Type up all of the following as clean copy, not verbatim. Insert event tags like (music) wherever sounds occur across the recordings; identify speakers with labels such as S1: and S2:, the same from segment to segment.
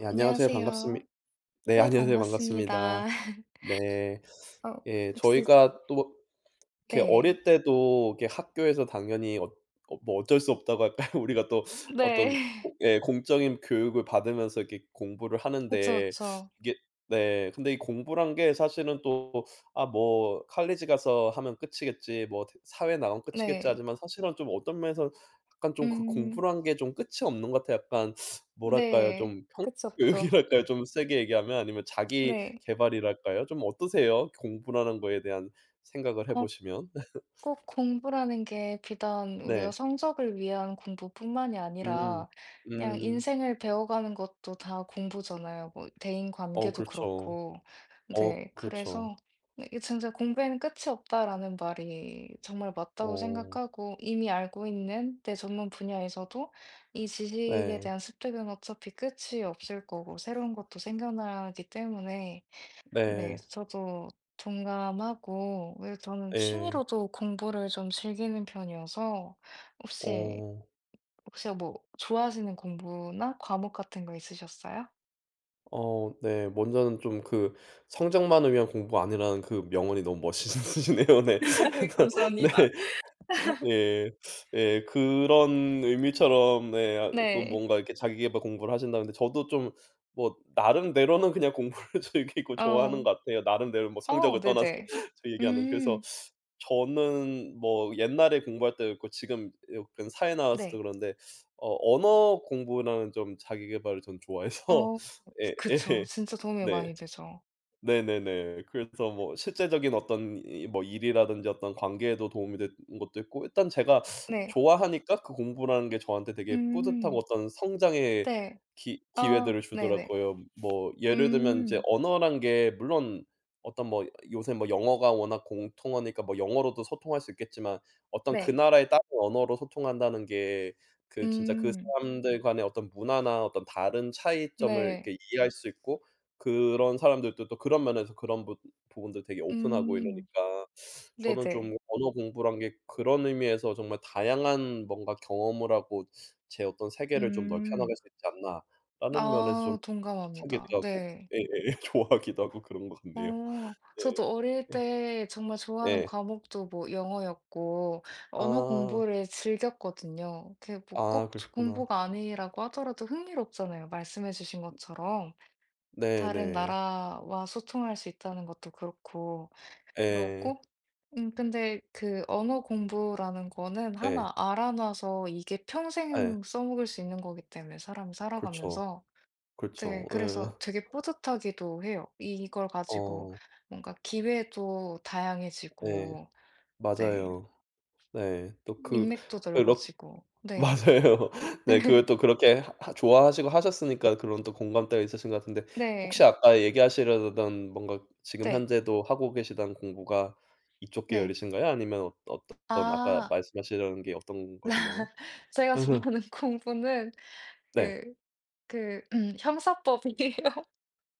S1: 예 안녕하세요. 반갑습니
S2: 안녕하세요.
S1: 네
S2: 네,
S1: 안녕하세요.
S2: 반갑습니다.
S1: 반갑습니다.
S2: (laughs)
S1: 네.
S2: 어
S1: 예
S2: 혹시.
S1: 저희가 또 이렇게
S2: 네.
S1: 어릴 때도 이렇게 학교에서 당연히 뭐 어쩔 수 없다고 할까요? (laughs) 우리가 또 어떤
S2: 네. (laughs)
S1: 고 예 공적인 교육을 받으면서 이렇게 공부를
S2: 그쵸,
S1: 하는데
S2: 그쵸.
S1: 이게 네 근데 이 공부란 게 사실은 또 '아 뭐 칼리지 가서 하면 끝이겠지. 뭐 대 사회 나가면 끝이겠지.'
S2: 네.
S1: 하지만 사실은 좀 어떤 면에서 약간 좀 그
S2: 음.
S1: 공부란 게 좀 끝이 없는 것 같아요. 약간 뭐랄까요?
S2: 네.
S1: 좀
S2: 그쵸, 그쵸.
S1: 평교육이랄까요? (laughs) 좀 세게 얘기하면 아니면 자기
S2: 네.
S1: 계발이랄까요? 좀 어떠세요? 공부라는 거에 대한 생각을 해
S2: 어
S1: 보시면. (laughs)
S2: 꼭 공부라는 게 비단 우리가
S1: 네.
S2: 성적을 위한 공부뿐만이
S1: 음.
S2: 아니라 그냥
S1: 음.
S2: 인생을 배워가는 것도 다 공부잖아요. 뭐 대인
S1: 어
S2: 관계도
S1: 그렇죠.
S2: 그렇고.
S1: 어
S2: 네, 그래서
S1: 그렇죠.
S2: 이게 진짜 공부에는 끝이 없다라는 말이 정말 맞다고
S1: 어
S2: 생각하고, 이미 알고 있는 내 전문 분야에서도 이 지식에
S1: 네.
S2: 대한 습득은 어차피 끝이 없을 거고 새로운 것도 생겨나기 때문에. 네.
S1: 네.
S2: 저도 동감하고, 왜 저는
S1: 예.
S2: 취미로도 공부를 좀 즐기는 편이어서. 혹시
S1: 어.
S2: 혹시 뭐 좋아하시는 공부나 과목 같은 거 있으셨어요?
S1: 어 네. 먼저는 좀 그 성적만을 위한 공부가 아니라는 그 명언이 너무 멋있으시네요. 네.
S2: (laughs)
S1: (laughs) 네.
S2: 감사합니다.
S1: 예. 예. 그런 의미처럼 네 아 또
S2: 네.
S1: 뭔가 이렇게 자기계발 공부를 하신다는데 저도 좀 뭐 나름대로는 그냥 공부를 (laughs) 즐기고 좋아하는
S2: 어.
S1: 것 같아요. 나름대로 뭐
S2: 어
S1: 성적을 떠나서
S2: 네네.
S1: (laughs) 저 얘기하는. 그래서
S2: 음.
S1: 저는 뭐 옛날에 공부할 때도 그렇고 지금 약간 사회 나와서도
S2: 네.
S1: 그런데 어 언어 공부랑 좀 자기계발을 전 좋아해서
S2: 어
S1: (laughs) 예
S2: 그쵸.
S1: 예.
S2: 진짜 도움이
S1: 네.
S2: 많이 되죠.
S1: 네네네. 그래서 뭐 실제적인 어떤 이 뭐 일이라든지 어떤 관계에도 도움이 된 것도 있고 일단 제가
S2: 네.
S1: 좋아하니까 그 공부라는 게 저한테 되게 뿌듯하고
S2: 음.
S1: 어떤 성장의
S2: 네.
S1: 기
S2: 아
S1: 기회들을
S2: 네네.
S1: 주더라고요. 뭐 예를 들면 이제
S2: 음.
S1: 언어란 게 물론 어떤 뭐 요새 뭐 영어가 워낙 공통어니까 뭐 영어로도 소통할 수 있겠지만 어떤 그
S2: 네.
S1: 나라의 다른 언어로 소통한다는 게 그 진짜 그
S2: 음.
S1: 사람들 간의 어떤 문화나 어떤 다른 차이점을
S2: 네.
S1: 이렇게 이해할 수 있고 그런 사람들도 또 그런 면에서 그런 부 부분들 되게 오픈하고
S2: 음.
S1: 이러니까 저는
S2: 네네.
S1: 좀 언어 공부란 게 그런 의미에서 정말 다양한 뭔가 경험을 하고 제 어떤 세계를 좀 넓혀
S2: 음.
S1: 나갈 수 있지 않나라는 면에서 좀
S2: 아 동감합니다.
S1: 뿌듯하기도 하고
S2: 네.
S1: 예예 (laughs) 좋아하기도 하고 그런 것 같네요.
S2: 어
S1: 네.
S2: 저도 어릴
S1: 네.
S2: 때 정말 좋아하는
S1: 예.
S2: 과목도 뭐 영어였고 언어
S1: 아.
S2: 공부를 즐겼거든요. 그게 뭐
S1: 아
S2: 꼭
S1: 그러셨구나.
S2: 공부가 아니라고 하더라도 흥미롭잖아요, 말씀해 주신 것처럼. 다른
S1: 네네.
S2: 나라와 소통할 수 있다는 것도 그렇고
S1: 예.
S2: 그렇고. 근데 그 언어 공부라는 거는
S1: 예.
S2: 하나 알아놔서 이게
S1: 예.
S2: 평생 써먹을 수 있는 거기 때문에 사람이
S1: 그렇죠.
S2: 살아가면서.
S1: 그렇죠.
S2: 네.
S1: 예.
S2: 그래서 되게 뿌듯하기도 해요. 이걸 가지고
S1: 어.
S2: 뭔가 기회도
S1: 예.
S2: 다양해지고. 네.
S1: 맞아요. 네. 또 그
S2: 인맥도
S1: 그렇
S2: 넓어지고. 네.
S1: 맞아요. (laughs) 네 그걸
S2: (laughs)
S1: 또 그렇게 하 하 좋아하시고 하셨으니까 그런 또 공감대가 있으신 것 같은데 혹시
S2: 네.
S1: 아까 얘기하시려던 뭔가 지금
S2: 네.
S1: 현재도 하고 계시던 공부가 이쪽
S2: 네.
S1: 계열이신가요? 아니면 어 어떤 아까
S2: 아
S1: 말씀하시려는 게 어떤 거셨나요?
S2: 제가
S1: (laughs)
S2: 좋아하는 (laughs) 공부는
S1: 네.
S2: 그 형사법이에요.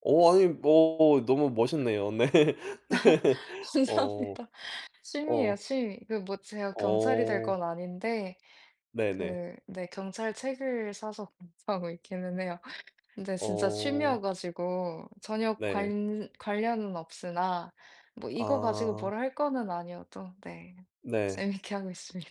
S1: 어 아니 뭐 너무 멋있네요. (laughs) 네. 네.
S2: (laughs)
S1: 어.
S2: 죄송합니다. 취미예요,
S1: 어.
S2: 취미. 그 뭐 제가 경찰이 될
S1: 어.
S2: 건 아닌데
S1: 네네.
S2: 그 네 경찰 책을 사서 (laughs) 공부하고 있기는 해요. 근데 진짜
S1: 어.
S2: 취미여 가지고 전혀
S1: 네.
S2: 관 관련은 없으나 뭐 이거 가지고
S1: 아.
S2: 뭐할 거는 아니어도 네.
S1: 네.
S2: 재밌게 하고 있습니다.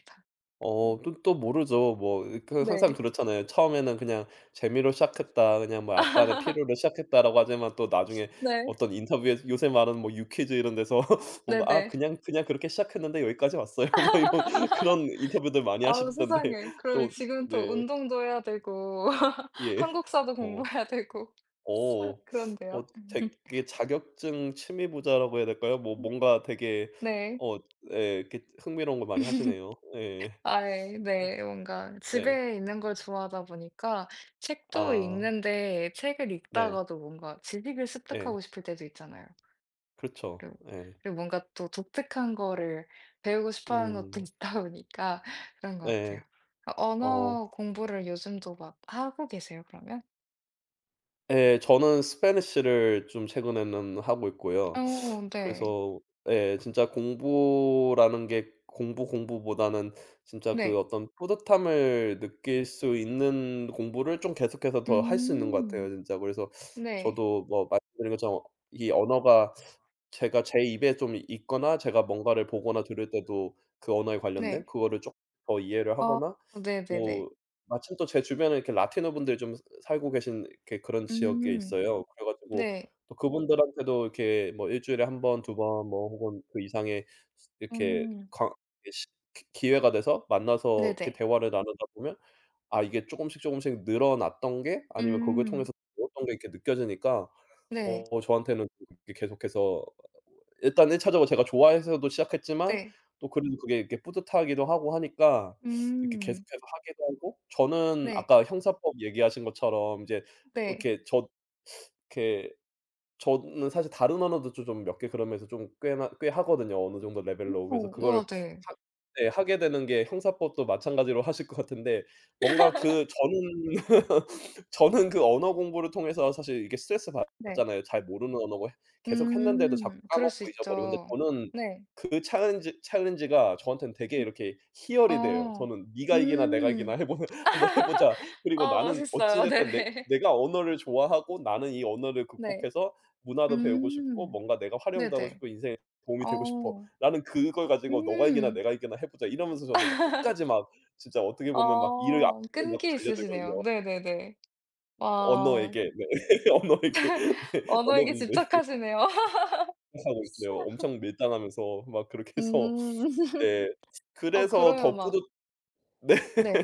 S1: 어
S2: 음
S1: 또 또 모르죠. 뭐 그 항상
S2: 네.
S1: 그렇잖아요. 처음에는 그냥 '재미로 시작했다. 그냥 뭐 약간의 필요로 시작했다.'라고 하지만 또 나중에
S2: 네.
S1: 어떤 인터뷰에 요새 말하는 뭐 유퀴즈 이런 데서 (laughs) 뭔가 "아
S2: 네네.
S1: 그냥 그렇게 시작했는데 여기까지 왔어요." (laughs) 막 이런 그런 인터뷰들 많이
S2: 아우
S1: 하시던데
S2: 세상에.
S1: (laughs)
S2: 그럼
S1: 또
S2: 지금 또
S1: 네.
S2: 운동도 해야 되고 (laughs)
S1: 예.
S2: 한국사도
S1: 어.
S2: 공부해야 되고
S1: 어.
S2: (laughs) 그런데요.
S1: 어 되게 자격증 취미 부자라고 해야 될까요? 뭐
S2: 음
S1: 뭔가 되게
S2: 네.
S1: 어 예 이렇게 흥미로운 걸 많이 하시네요. 예.
S2: 아예
S1: 어,
S2: 네. 뭔가
S1: 네.
S2: 집에 있는 걸 좋아하다 보니까 책도
S1: 아.
S2: 읽는데, 책을
S1: 네.
S2: 읽다가도 뭔가 지식을
S1: 예.
S2: 습득하고 싶을 때도 있잖아요.
S1: 그렇죠.
S2: 그리고
S1: 예.
S2: 그리고 뭔가 또 독특한 거를 배우고 싶어 하는 것도
S1: 음.
S2: 있다 보니까 (laughs) 그런 것
S1: 예.
S2: 같아요.
S1: 어.
S2: 언어 공부를 요즘도 막 하고 계세요, 그러면?
S1: 예. 저는 스페니시를 좀 최근에는 하고 있고요.
S2: 어 네.
S1: 그래서 예 진짜 공부라는 게 공부, 공부보다는 진짜 그
S2: 네.
S1: 어떤 뿌듯함을 느낄 수 있는 공부를 좀 계속해서 더 할 수 있는 것 같아요
S2: 음.
S1: 진짜. 그래서
S2: 네.
S1: 저도 뭐 말씀드린 것처럼 이 언어가 제가 제 입에 좀 있거나 제가 뭔가를 보거나 들을 때도 그 언어에 관련된
S2: 네.
S1: 그거를 쪼끔 더 이해를
S2: 어
S1: 하거나
S2: 네네네.
S1: 뭐 마침 또 제 주변에 이렇게 라티노 분들이 좀 살고 계신 이렇게 그런 지역에
S2: 음.
S1: 있어요. 그래 가지고
S2: 네.
S1: 또 그분들한테도 이렇게 뭐 일 주일에 한 번, 두 번 뭐 혹은 그 이상의 이렇게
S2: 음.
S1: 강 이 시 기 기회가 돼서 만나서 이렇게
S2: 네네.
S1: 대화를 나누다 보면 아 이게 쪼금씩 늘어났던 게 아니면 그걸
S2: 음.
S1: 통해서 배웠던 게 이렇게 느껴지니까
S2: 네.
S1: 어 저한테는 그게 계속해서 일단 1 차적으로 제가 좋아해서도 시작했지만
S2: 네.
S1: 또 그래도 그게 이렇게 뿌듯하기도 하고 하니까 이렇게
S2: 음.
S1: 계속해서 하기도 하고 저는
S2: 네.
S1: 아까 형사법 얘기하신 것처럼 이제
S2: 네.
S1: 이렇게 저 이렇게 저는 사실 다른 언어도 조 좀 몇 개 그러면서 좀 꽤나 꽤 하거든요, 어느 정도 레벨로. 그래서
S2: 오. 우와
S1: 그거를
S2: 네.
S1: 하 네 하게 되는 게 형사법도 마찬가지로 하실 것 같은데 뭔가 그 저는 (laughs) 저는 그 언어 공부를 통해서 사실 이게 스트레스
S2: 네.
S1: 받잖아요. 잘 모르는 언어고 계속 했는데도 자꾸
S2: 음. 그럴 수
S1: 까먹고 잊어버리고. 근데
S2: 있죠.
S1: 저는
S2: 네.
S1: 그 챌린지 챌린지가 저한테는 되게 이렇게 희열이 돼요.
S2: 어.
S1: 저는 '네가 이기나 내가 이기나
S2: 음.
S1: 해 보는 (laughs) 한번 해
S2: (laughs)
S1: 보자.' 그리고
S2: 어
S1: 나는 어찌
S2: 멋있어요.
S1: 됐든 내
S2: 네네.
S1: 내가 언어를 좋아하고 나는 이 언어를
S2: 네.
S1: 극복해서 문화도 배우고 싶고
S2: 음.
S1: 뭔가 내가 활용도 하고
S2: 네네.
S1: 싶고 '인생에 도움이 되고 싶어.
S2: 어.
S1: 나는 그걸 가지고 너가 이기나
S2: 음.
S1: 내가 이기나 해 보자.' 이러면서 저는 막 끝까지 막 진짜 어떻게 보면 막 이를
S2: 어.
S1: 악물고 막
S2: 끈기 있으시네요.
S1: 달려들거든요.
S2: 네네네. 와.
S1: 언어에게 네. (laughs) 언어에게 네. 언어
S2: 언어에게
S1: 공부에
S2: 집착하시네요.
S1: 하고 있어요.
S2: (laughs)
S1: 엄청 밀당하면서 막 그렇게 해서
S2: 음.
S1: 네.
S2: 어
S1: 그래서
S2: 그러면
S1: 더
S2: 막
S1: 뿌듯 네.
S2: 네.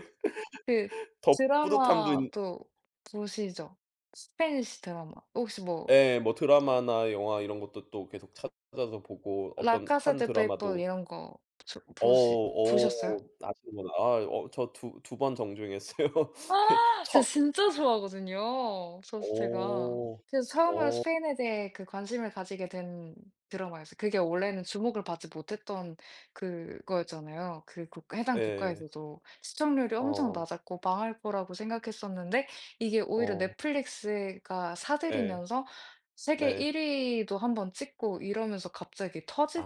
S2: 그
S1: 더 뿌듯함도 있
S2: 드라마도 보시죠? 스페니시 드라마. 혹시 뭐
S1: 예. 뭐 드라마나 영화 이런 것도 또 계속 찾아서 보고
S2: 라
S1: 어떤
S2: 카사
S1: 한
S2: 데 페이퍼
S1: 드라마도
S2: 이런 거 조
S1: 어
S2: 보시 보셨어요?
S1: 어 아시는구나. 아 어 저 두 번 정주행했어요.
S2: 아 제가
S1: 처
S2: 진짜 좋아하거든요, 소스트가.
S1: 어.
S2: 그래서 처음으로
S1: 어
S2: 스페인에 대해 그 관심을 가지게 된 드라마였어요. 그게 원래는 주목을 받지 못했던 그거였잖아요. 그 국
S1: (laughs)
S2: 해당
S1: 예.
S2: 국가에서도 시청률이 엄청
S1: 어.
S2: 낮았고 망할 거라고 생각했었는데, 이게 오히려
S1: 어.
S2: 넷플릭스가
S1: 예.
S2: 사들이면서 세계
S1: 네.
S2: 1위 위도 한번 찍고 이러면서 갑자기 터지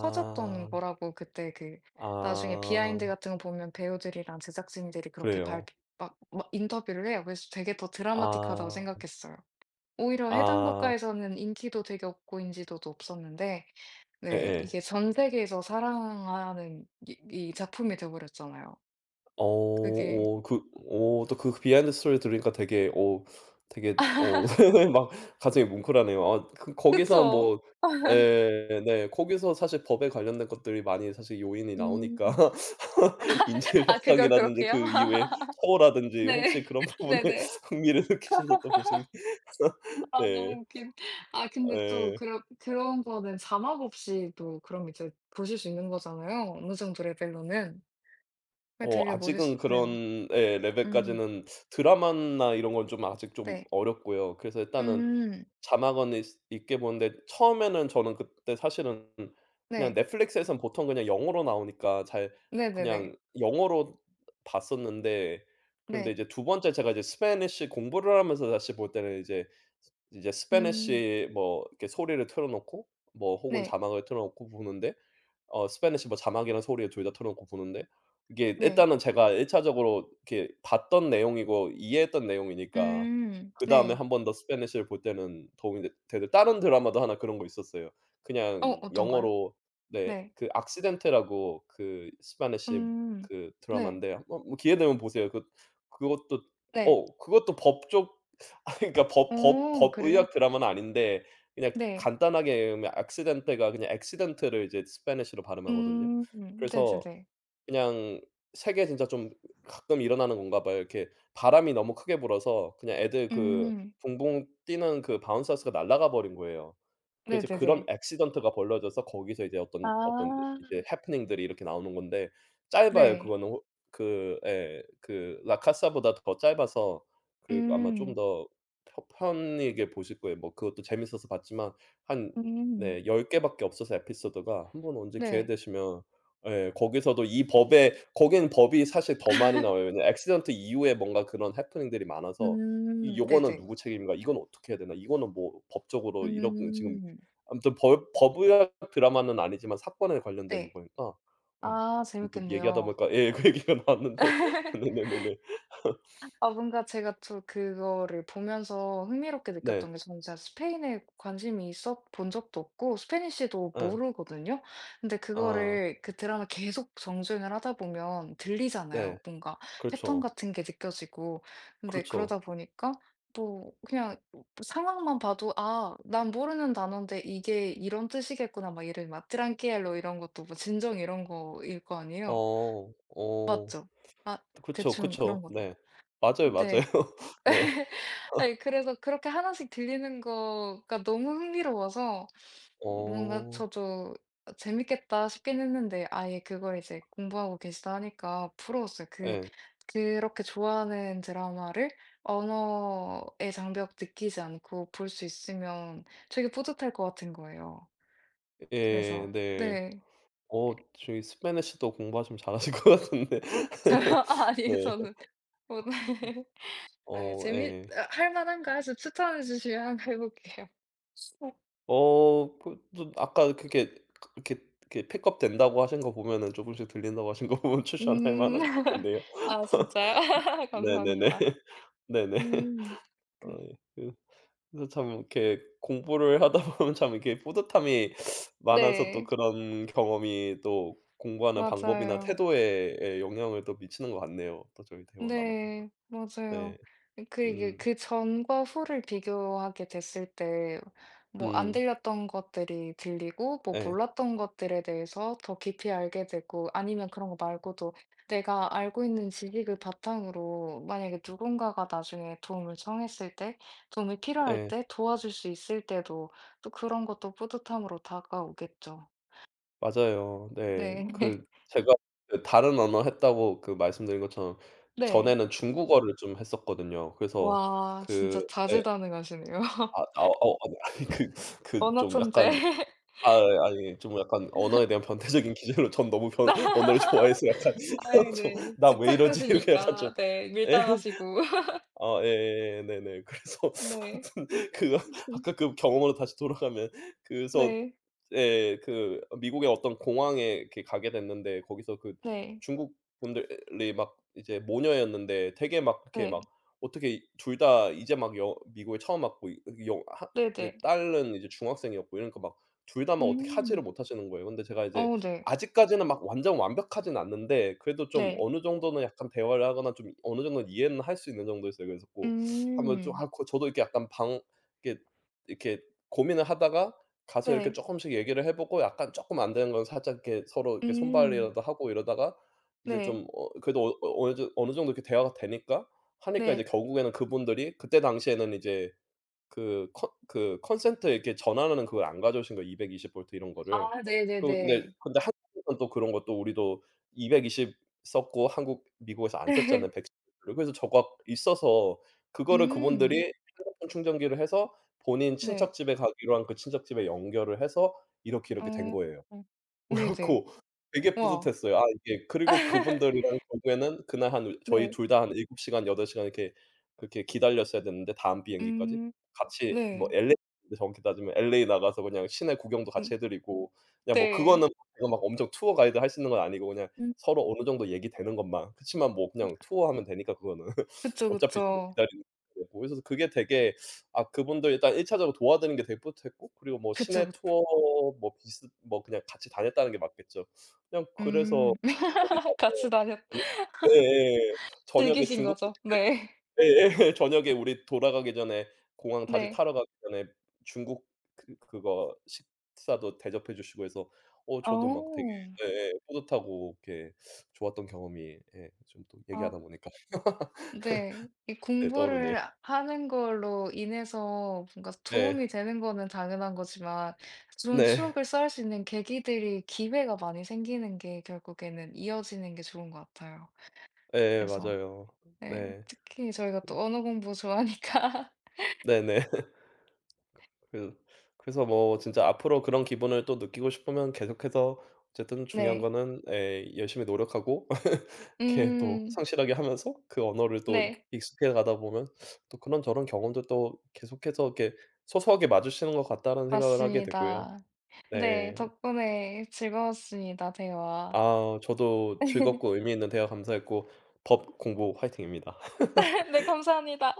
S2: 터졌던 거라고. 그때 그 나중에 비하인드
S1: 아.
S2: 같은 거 보면 배우들이랑 제작진들이 그렇게
S1: 그래요.
S2: 발표 막 막 인터뷰를 해요. 그래서 되게 더 드라마틱하다고
S1: 아.
S2: 생각했어요. 오히려 해당
S1: 아.
S2: 국가에서는 인기도 되게 없고 인지도도 없었는데 네
S1: 예예.
S2: 이게 전 세계에서 사랑하는 이 작품이 돼 버렸잖아요.
S1: 어
S2: 그게
S1: 오, 그 오, 또 그 비하인드 스토리 들으니까 되게 오, 되게 오, (laughs) 막 가슴이 뭉클하네요. 아 그
S2: (laughs)
S1: 거기서
S2: 그쵸.
S1: 뭐 예 네. 거기서 사실 법에 관련된 것들이 많이 사실 요인이 나오니까
S2: 음.
S1: (laughs) 인질
S2: 아 그걸
S1: 협상이라든지
S2: 그렇게요?
S1: 그
S2: (laughs)
S1: 이후에 처우라든지
S2: 네.
S1: 혹시 그런
S2: (laughs)
S1: 부분에
S2: 네네.
S1: (laughs) 흥미를 느끼셔서 또 보신 게 (laughs)
S2: 아
S1: 네.
S2: 너무 웃긴. 아 근데 또
S1: 예.
S2: 그런 그런 거는 자막 없이 또 그럼 이제 보실 수 있는 거잖아요, 어느 정도 레벨로는. 네
S1: 어
S2: 되게
S1: 아직은
S2: 멋있네요.
S1: 그런 예
S2: 음
S1: 레벨까지는 드라마나 이런 건 좀 아직 좀
S2: 네.
S1: 어렵고요. 그래서 일단은
S2: 음
S1: 자막은 있 있게 보는데 처음에는 저는 그때 사실은 그냥
S2: 네.
S1: 넷플릭스에선 보통 그냥 영어로 나오니까 잘
S2: 네네네.
S1: 그냥 영어로 봤었는데 그런데
S2: 네.
S1: 이제 두 번째 제가 이제 스패니시 공부를 하면서 다시 볼 때는 이제 이제
S2: 음.
S1: 스패니시 뭐 이렇게 소리를 틀어 놓고 뭐 혹은
S2: 네.
S1: 자막을 틀어 놓고 보는데 어 스패니시 뭐 자막이랑 소리에 둘 다 틀어 놓고 보는데 이게
S2: 네.
S1: 일단은 제가 1 차적으로 이렇게 봤던 내용이고 이해했던 내용이니까
S2: 음.
S1: 그다음에
S2: 네.
S1: 한 번 더 스패니시를 볼 때는 도움이 되 되는 다른 드라마도 하나 그런 거 있었어요.
S2: 어
S1: 그냥
S2: 어떤가요?
S1: 영어로 네
S2: 네.
S1: 그 악시덴테라고 그 스패니시
S2: 음.
S1: 그
S2: 네.
S1: 드라마인데 한번 뭐 기회 되면 보세요. 그 그것도
S2: 네.
S1: 어 그것도 법 쪽 아 (laughs) 그러니까
S2: 어
S1: 법
S2: 그래요?
S1: 의학 드라마는 아닌데 그냥
S2: 네.
S1: 간단하게 외우면 엑시덴트가 그냥 엑시덴트를 이제 스패니시로 발음하거든요.
S2: 음.
S1: 그래서
S2: 네네네.
S1: 그냥 색에 진짜 좀 가끔 일어나는 건가 봐요. 이렇게 바람이 너무 크게 불어서 그냥 애들 그
S2: 음.
S1: 붕붕 뛰는 그 바운서스가 날아가 버린 거예요. 그래서 그런
S2: 네네네.
S1: 액시던트가 벌어져서 거기서 이제 어떤
S2: 아.
S1: 이제 해프닝들이 이렇게 나오는 건데 짧아요.
S2: 네.
S1: 그거는 호 그 예. 그 라 카사보다 더 짧아서 그 아마 좀
S2: 음.
S1: 더 펴 편하게 보실 거예요. 뭐 그것도 재밌어서 봤지만 한
S2: 음.
S1: 네 10 개밖에 없어서 에피소드가 한번 언제 기회
S2: 네.
S1: 되시면 예. 거기서도 이 법에 거기는 법이 사실 더 많이 나와요. 왜냐면 액시던트 이후에 뭔가 그런 해프닝들이 많아서 이
S2: 음.
S1: 요거는
S2: 네네.
S1: 누구 책임인가? 이건 어떻게 해야 되나? 이거는 뭐 법적으로 이런 지금
S2: 음.
S1: 아무튼 법 법의학 드라마는 아니지만 사건에 관련된
S2: 네.
S1: 거니까 예.
S2: 아
S1: 문득 얘기하다
S2: 재밌겠네요.
S1: 보니까 예 그 얘기가 나왔는데 (laughs) 네네네네.
S2: 아 뭔가 제가 또 그거를 보면서 흥미롭게
S1: 네.
S2: 느꼈던 게, 저는 진짜 스페인에 관심이 있어 본 적도 없고 스페니쉬도
S1: 예.
S2: 모르거든요. 근데
S1: 아
S2: 그거를 그 드라마 계속 정주행을 하다 보면 들리잖아요.
S1: 네.
S2: 뭔가 패턴
S1: 그렇죠.
S2: 같은 게 느껴지고. 근데 그러다
S1: 그렇죠.
S2: 보니까 뭐 그냥 상황만 봐도 '아 난 모르는 단어인데 이게 이런 뜻이겠구나.' 막이를막트랑키엘로 이런 것도 뭐 진정 이런 거일 거 아니에요.
S1: 어. 어.
S2: 맞죠? 아
S1: 그쵸,
S2: 대충 그런
S1: 그쵸.
S2: 거죠.
S1: 네. 맞아요, 맞아요.
S2: 네.
S1: (laughs) 네.
S2: 네, 그래서 그렇게 하나씩 들리는 거가 너무 흥미로워서 뭔가
S1: 어.
S2: 저도 '아 재밌겠다.' 싶긴 했는데 아예 그걸 이제 공부하고 계시다 하니까 부러웠어요. 그
S1: 예.
S2: 그렇게 좋아하는 드라마를 언어의 장벽 느끼지 않고 볼 수 있으면 되게 뿌듯할 것 같은 거예요.
S1: 예
S2: 그래서
S1: 네.
S2: 네.
S1: 어 저기 스페니시도 공부하시면 잘하실 (laughs) 것 같은데.
S2: (laughs) 아 아니
S1: 네.
S2: 저는 오늘 (laughs) 아
S1: 어
S2: 재밌
S1: 예.
S2: 아, '할 만한가?' 해서 추천해 주시면 (laughs) 한번 해 볼게요.
S1: 어 그 좀 아까 그렇게 이렇게 이렇게 픽업 된다고 하신 거 보면은 조금씩 들린다고 하신 거 보면 (laughs) 추천할
S2: 음.
S1: 만한 것
S2: (laughs)
S1: 같은데요.
S2: 아
S1: (laughs)
S2: 진짜요? (laughs)
S1: 네네네.
S2: 감사합니다.
S1: 네네.
S2: 음.
S1: 어
S2: 그-
S1: 예. 그 그래서 참 이렇게 공부를 하다 (laughs) 보면 참 이렇게 뿌듯함이 많아서 또
S2: 네.
S1: 그런 경험이 또 공부하는 방법이나
S2: 맞아요.
S1: 태도에 예 영향을 또 미치는 것 같네요, 또 저희 대화 나눠 보면.
S2: 네.
S1: 네.
S2: 맞아요. 그 이게
S1: 음.
S2: 그 전과 후를 비교하게 됐을 때 뭐 안
S1: 음.
S2: 들렸던 것들이 들리고 뭐
S1: 예.
S2: 몰랐던 것들에 대해서 더 깊이 알게 되고, 아니면 그런 거 말고도 내가 알고 있는 지식을 바탕으로 만약에 누군가가 나중에 도움을 청했을 때, 도움이 필요할
S1: 예.
S2: 때 도와줄 수 있을 때도 또 그런 것도 뿌듯함으로 다가오겠죠.
S1: 맞아요. 네.
S2: 네. (laughs)
S1: 그 제가 그 다른 언어 했다고 그 말씀드린 것처럼
S2: 네.
S1: 전에는 중국어를 좀 했었거든요. 그래서
S2: 와
S1: 그
S2: 진짜
S1: 예.
S2: 다재다능하시네요.
S1: 아 아
S2: (laughs)
S1: 어 어, 네. 아니 그 그
S2: 언어
S1: 좀
S2: 천재.
S1: 약간 아 예 아니 좀 약간 언어에 대한 변태적인 기준으로 전 너무 변 언어를
S2: (laughs)
S1: 좋아해서 약간
S2: 아이
S1: (laughs) 좀
S2: 네.
S1: '나 왜 이러지?' 이렇게 약간 좀
S2: 집착하시니까 네
S1: 예.
S2: 밀당하시고. (laughs)
S1: 아 예예예. 네네. (laughs) 그래서
S2: 네.
S1: 하여튼 그
S2: (laughs)
S1: 아까 그 경험으로 다시 돌아가면 그래서
S2: 네.
S1: 예 그 미국의 어떤 공항에 이렇게 가게 됐는데 거기서 그
S2: 네.
S1: 중국 분들이 막 이제 모녀였는데 되게 막 이렇게
S2: 네.
S1: 막 어떻게 둘 다 이제 막 여 미국에 처음 왔고 이 영 하 이제
S2: 네네.
S1: 딸은 이제 중학생이었고 이러니까 막 둘 다 막 어떻게 하지를
S2: 음.
S1: 못하시는 거예요. 근데 제가 이제
S2: 어 네.
S1: 아직까지는 막 완전 완벽하진 않는데 그래도 좀
S2: 네.
S1: 어느 정도는 약간 대화를 하거나 좀 어느 정도는 이해는 할 수 있는 정도였어요. 그래서 고 한번 좀
S2: 음.
S1: 아 고 저도 이렇게 약간 방 이렇게 이렇게 고민을 하다가 가서 이렇게
S2: 네.
S1: 쪼끔씩 얘기를 해 보고 약간 쪼끔 안 되는 건 살짝 이렇게 서로 이렇게
S2: 음.
S1: 손발이라도 하고 이러다가 이제
S2: 네.
S1: 좀 어 그래도 어 어, 어느 정도 이렇게 대화가 되니까 하니까 이제
S2: 네.
S1: 결국에는 그분들이 그때 당시에는 이제 그 컨 그 컨센트 이렇게 전환하는 그걸 안 가져오신 거예요, 220 볼트 이런 거를.
S2: 아
S1: 그 근데
S2: 네네네.
S1: 근데 한국에선 또 그런 것도 우리도 220 썼고 한국 미국에서 안 썼잖아요, 110
S2: (laughs)
S1: 볼트를. 그래서 저거 있어서
S2: 네.
S1: 그거를
S2: 음.
S1: 그분들이 핸드폰 충전기를 해서 본인
S2: 네.
S1: 친척 집에 가기로 한 그 친척 집에 연결을 해서 이렇게 된
S2: 어.
S1: 거예요.
S2: 어. 네네.
S1: 그렇고 되게
S2: 우와.
S1: 뿌듯했어요. 아 이게 그리고
S2: (laughs)
S1: 그분들이랑 결국에는 그날 한 저희
S2: 네.
S1: 둘 다한 7 시간 8 시간 이렇게 그렇게 기다렸어야 됐는데 다음 비행기까지
S2: 음.
S1: 같이 뭐
S2: 네.
S1: LA 정확히 따지면 LA 나가서 그냥 시내 구경도
S2: 음
S1: 같이 해 드리고 그냥 뭐
S2: 네.
S1: 그거는 제가 막 엄청 투어 가이드 할 수 있는 건 아니고 그냥
S2: 음.
S1: 서로 어느 정도 얘기되는 것만. 그치만 뭐 그냥 투어하면 되니까 그거는. (laughs)
S2: 그쵸,
S1: 어차피 저도
S2: 그쵸.
S1: 기다리는 거고. 그래서 그게 되게 아 그분들 일단 1 차적으로 도와드린 게 되게 뿌듯했고 그리고 뭐
S2: 그쵸,
S1: 시내
S2: 그
S1: 투어 뭐 비스 뭐 그냥 같이 다녔다는 게 맞겠죠. 그냥 그래서
S2: 음.
S1: 그분들이
S2: (laughs) 같이
S1: 나중에
S2: 다녔
S1: 그 예예. 저녁에
S2: 즐기신
S1: 중국
S2: 거죠. 네.
S1: 예예. (laughs) 저녁에 우리 돌아가기 전에 공항
S2: (laughs)
S1: 다시
S2: 네.
S1: 타러 가기 전에 중국 그 그거 식사도 대접해 주시고 해서 어 저도 막 되게
S2: 어.
S1: 예예 뿌듯하고 이렇게 좋았던 경험이 예 좀 또
S2: 아
S1: 얘기하다 보니까 (laughs)
S2: 네. 이
S1: 네 떠오르네요.
S2: 공부를 하는 걸로 인해서 뭔가
S1: 네.
S2: 도움이 되는 거는 당연한 거지만, 좋은
S1: 네.
S2: 추억을 쌓을 수 있는 계기들이 기회가 많이 생기는 게 결국에는 이어지는 게 좋은 것 같아요.
S1: 예
S2: 그래서
S1: 맞아요.
S2: 네
S1: 네.
S2: 특히 저희가 또 언어 공부 좋아하니까
S1: 네네. (laughs) 그 그래서 뭐 진짜 앞으로 그런 기분을 또 느끼고 싶으면 계속해서 어쨌든
S2: (laughs)
S1: 중요한
S2: 네.
S1: 거는 에 열심히 노력하고 (laughs) 이렇게 또
S2: 음.
S1: 성실하게 하면서 그 언어를 또 익
S2: 네.
S1: 익숙해 가다 보면 또 그런저런 경험도 또 계속해서 이렇게 소소하게 마주치는 것 같다는 생각을 하게 되고요.
S2: 맞습니다. 네.
S1: 네.
S2: 덕분에 즐거웠습니다, 대화.
S1: 아 저도 즐겁고
S2: (laughs)
S1: 의미 있는 대화 감사했고 법 공부 화이팅입니다.
S2: 네 감사합니다.